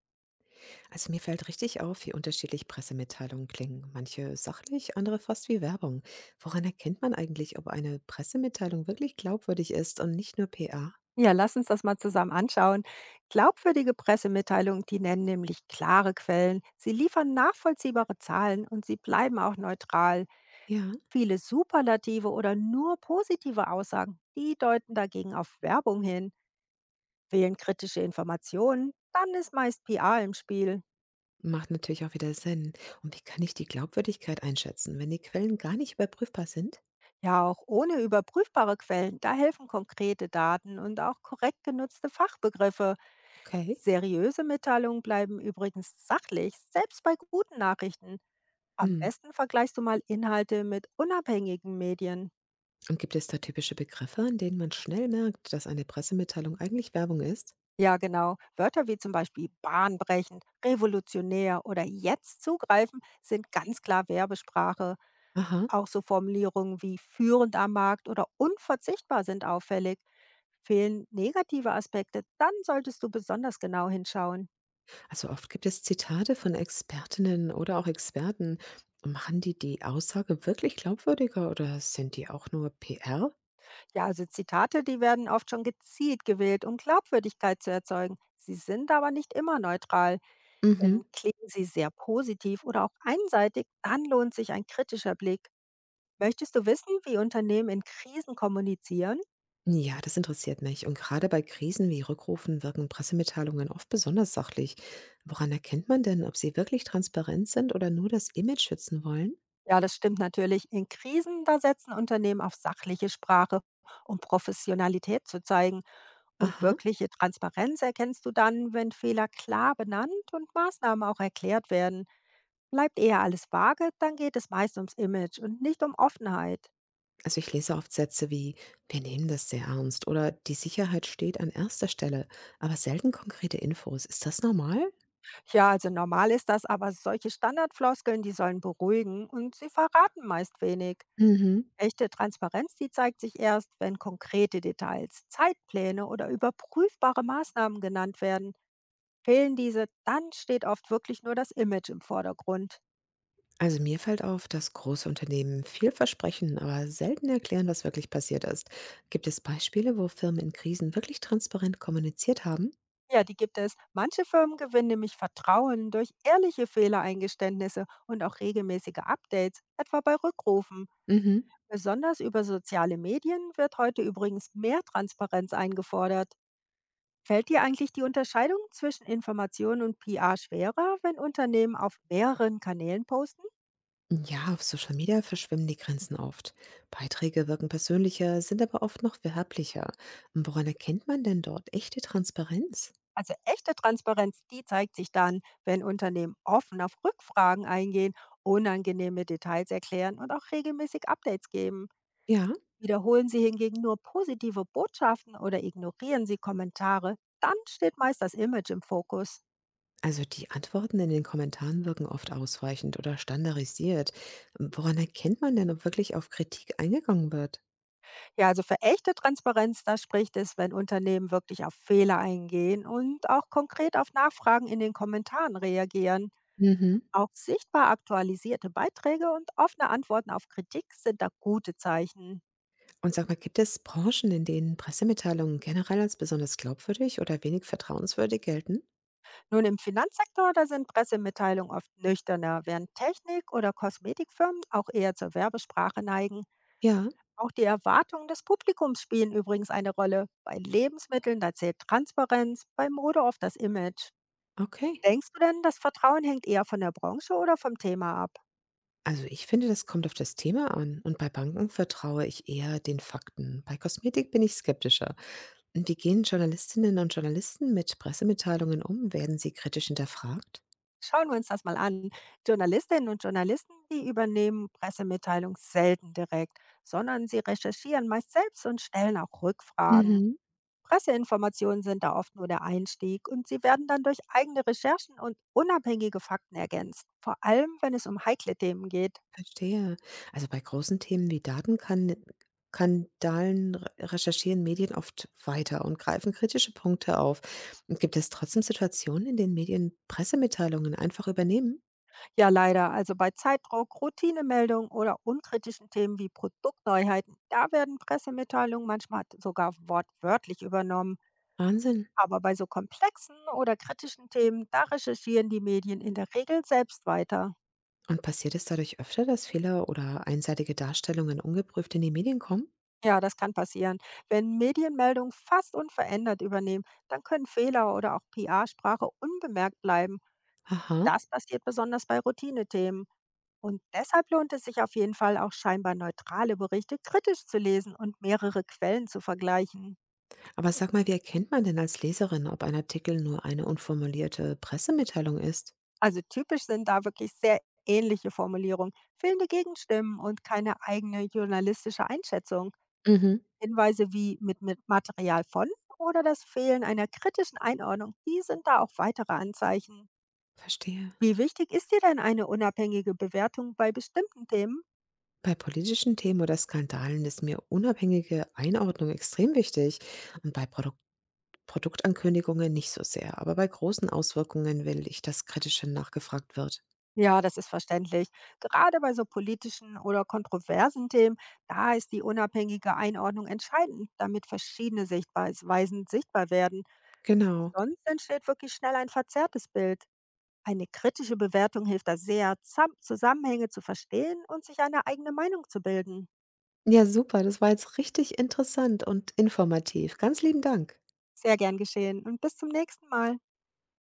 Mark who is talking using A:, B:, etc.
A: Also mir fällt richtig auf, wie unterschiedlich Pressemitteilungen klingen. Manche sachlich, andere fast wie Werbung. Woran erkennt man eigentlich, ob eine Pressemitteilung wirklich glaubwürdig ist und nicht nur PA?
B: Ja, lass uns das mal zusammen anschauen. Glaubwürdige Pressemitteilungen, die nennen nämlich klare Quellen. Sie liefern nachvollziehbare Zahlen und sie bleiben auch neutral.
A: Ja,
B: Viele superlative oder nur positive Aussagen, die deuten dagegen auf Werbung hin. Fehlen kritische Informationen, dann ist meist PR im Spiel.
A: macht natürlich auch wieder Sinn. Und wie kann ich die Glaubwürdigkeit einschätzen, wenn die Quellen gar nicht überprüfbar sind?
B: Ja, auch ohne überprüfbare Quellen, da helfen konkrete Daten und auch korrekt genutzte Fachbegriffe.
A: Okay.
B: Seriöse Mitteilungen bleiben übrigens sachlich, selbst bei guten Nachrichten. Am
A: Hm.
B: besten vergleichst du mal Inhalte mit unabhängigen Medien.
A: Und gibt es da typische Begriffe, an denen man schnell merkt, dass eine Pressemitteilung eigentlich Werbung ist?
B: Ja, genau. Wörter wie zum Beispiel bahnbrechend, revolutionär oder jetzt zugreifen sind ganz klar Werbesprache.
A: Aha.
B: Auch so Formulierungen wie führend am Markt oder unverzichtbar sind auffällig. Fehlen negative Aspekte, dann solltest du besonders genau hinschauen.
A: Also oft gibt es Zitate von Expertinnen oder auch Experten. Machen die Aussage wirklich glaubwürdiger oder sind die auch nur PR?
B: Ja, also Zitate, die werden oft schon gezielt gewählt, um Glaubwürdigkeit zu erzeugen. Sie sind aber nicht immer neutral,
A: Mhm.
B: denn klingen sie sehr positiv oder auch einseitig, dann lohnt sich ein kritischer Blick. Möchtest du wissen, wie Unternehmen in Krisen kommunizieren?
A: Ja, das interessiert mich. Und gerade bei Krisen wie Rückrufen wirken Pressemitteilungen oft besonders sachlich. Woran erkennt man denn, ob sie wirklich transparent sind oder nur das Image schützen wollen?
B: Ja, das stimmt natürlich. In Krisen, da setzen Unternehmen auf sachliche Sprache, um Professionalität zu zeigen. Und
A: Aha.
B: wirkliche Transparenz erkennst du dann, wenn Fehler klar benannt und Maßnahmen auch erklärt werden. Bleibt eher alles vage, dann geht es meist ums Image und nicht um Offenheit.
A: Also ich lese oft Sätze wie: wir nehmen das sehr ernst oder die Sicherheit steht an erster Stelle, aber selten konkrete Infos. Ist das normal?
B: Ja, also normal ist das, aber solche Standardfloskeln, die sollen beruhigen und sie verraten meist wenig.
A: Mhm.
B: Echte Transparenz, die zeigt sich erst, wenn konkrete Details, Zeitpläne oder überprüfbare Maßnahmen genannt werden. Fehlen diese, dann steht oft wirklich nur das Image im Vordergrund.
A: Also mir fällt auf, dass große Unternehmen viel versprechen, aber selten erklären, was wirklich passiert ist. Gibt es Beispiele, wo Firmen in Krisen wirklich transparent kommuniziert haben?
B: Ja, die gibt es. Manche Firmen gewinnen nämlich Vertrauen durch ehrliche Fehlereingeständnisse und auch regelmäßige Updates, etwa bei Rückrufen.
A: Mhm.
B: Besonders über soziale Medien wird heute übrigens mehr Transparenz eingefordert. Fällt dir eigentlich die Unterscheidung zwischen Information und PR schwerer, wenn Unternehmen auf mehreren Kanälen posten?
A: Ja, auf Social Media verschwimmen die Grenzen oft. Beiträge wirken persönlicher, sind aber oft noch werblicher. Woran erkennt man denn dort echte Transparenz?
B: Also echte Transparenz, die zeigt sich dann, wenn Unternehmen offen auf Rückfragen eingehen, unangenehme Details erklären und auch regelmäßig Updates geben.
A: Ja,
B: Wiederholen sie hingegen nur positive Botschaften oder ignorieren sie Kommentare, dann steht meist das Image im Fokus.
A: also die Antworten in den Kommentaren wirken oft ausweichend oder standardisiert. Woran erkennt man denn, ob wirklich auf Kritik eingegangen wird?
B: Ja, also für echte Transparenz, da spricht es, wenn Unternehmen wirklich auf Fehler eingehen und auch konkret auf Nachfragen in den Kommentaren reagieren.
A: Mhm.
B: Auch sichtbar aktualisierte Beiträge und offene Antworten auf Kritik sind da gute Zeichen.
A: Und sag mal, gibt es Branchen, in denen Pressemitteilungen generell als besonders glaubwürdig oder wenig vertrauenswürdig gelten?
B: Nun im Finanzsektor, da sind Pressemitteilungen oft nüchterner, während Technik- oder Kosmetikfirmen auch eher zur Werbesprache neigen.
A: Ja,
B: Auch die Erwartungen des Publikums spielen übrigens eine Rolle. Bei Lebensmitteln, da zählt Transparenz, bei Mode oft das Image.
A: okay.
B: Denkst du denn, das Vertrauen hängt eher von der Branche oder vom Thema ab?
A: Also ich finde, das kommt auf das Thema an. Und bei Banken vertraue ich eher den Fakten. Bei Kosmetik bin ich skeptischer. Und wie gehen Journalistinnen und Journalisten mit Pressemitteilungen um? Werden sie kritisch hinterfragt?
B: Schauen wir uns das mal an. Journalistinnen und Journalisten, die übernehmen Pressemitteilungen selten direkt, sondern sie recherchieren meist selbst und stellen auch Rückfragen.
A: Mhm.
B: Presseinformationen sind da oft nur der Einstieg und sie werden dann durch eigene Recherchen und unabhängige Fakten ergänzt, vor allem wenn es um heikle Themen geht.
A: Verstehe. Also, bei großen Themen wie Datenkan Skandalen re recherchieren Medien oft weiter und greifen kritische Punkte auf. Und gibt es trotzdem Situationen, in denen Medien Pressemitteilungen einfach übernehmen?
B: Ja, leider. Also bei Zeitdruck, Routinemeldungen oder unkritischen Themen wie Produktneuheiten, da werden Pressemitteilungen manchmal sogar wortwörtlich übernommen.
A: Wahnsinn.
B: Aber bei so komplexen oder kritischen Themen, da recherchieren die Medien in der Regel selbst weiter.
A: Und passiert es dadurch öfter, dass Fehler oder einseitige Darstellungen ungeprüft in die Medien kommen?
B: Ja, das kann passieren. Wenn Medienmeldungen fast unverändert übernehmen, dann können Fehler oder auch PR-Sprache unbemerkt bleiben.
A: Aha.
B: Das passiert besonders bei Routinethemen. Und deshalb lohnt es sich auf jeden Fall auch scheinbar neutrale Berichte kritisch zu lesen und mehrere Quellen zu vergleichen.
A: Aber sag mal, wie erkennt man denn als Leserin, ob ein Artikel nur eine unformulierte Pressemitteilung ist?
B: Also typisch sind da wirklich sehr ähnliche Formulierungen, fehlende Gegenstimmen und keine eigene journalistische Einschätzung.
A: Mhm.
B: Hinweise wie mit Material von oder das Fehlen einer kritischen Einordnung, die sind da auch weitere Anzeichen.
A: Verstehe.
B: Wie wichtig ist dir denn eine unabhängige Bewertung bei bestimmten Themen?
A: Bei politischen Themen oder Skandalen ist mir unabhängige Einordnung extrem wichtig und bei Produktankündigungen nicht so sehr. Aber bei großen Auswirkungen will ich, dass kritischer nachgefragt wird.
B: Ja, das ist verständlich. Gerade bei so politischen oder kontroversen Themen, da ist die unabhängige Einordnung entscheidend, damit verschiedene Sichtweisen sichtbar werden.
A: Genau.
B: Sonst entsteht wirklich schnell ein verzerrtes Bild. Eine kritische Bewertung hilft da sehr, Zusammenhänge zu verstehen und sich eine eigene Meinung zu bilden.
A: Ja, super. Das war jetzt richtig interessant und informativ. Ganz lieben Dank.
B: Sehr gern geschehen und bis zum nächsten Mal.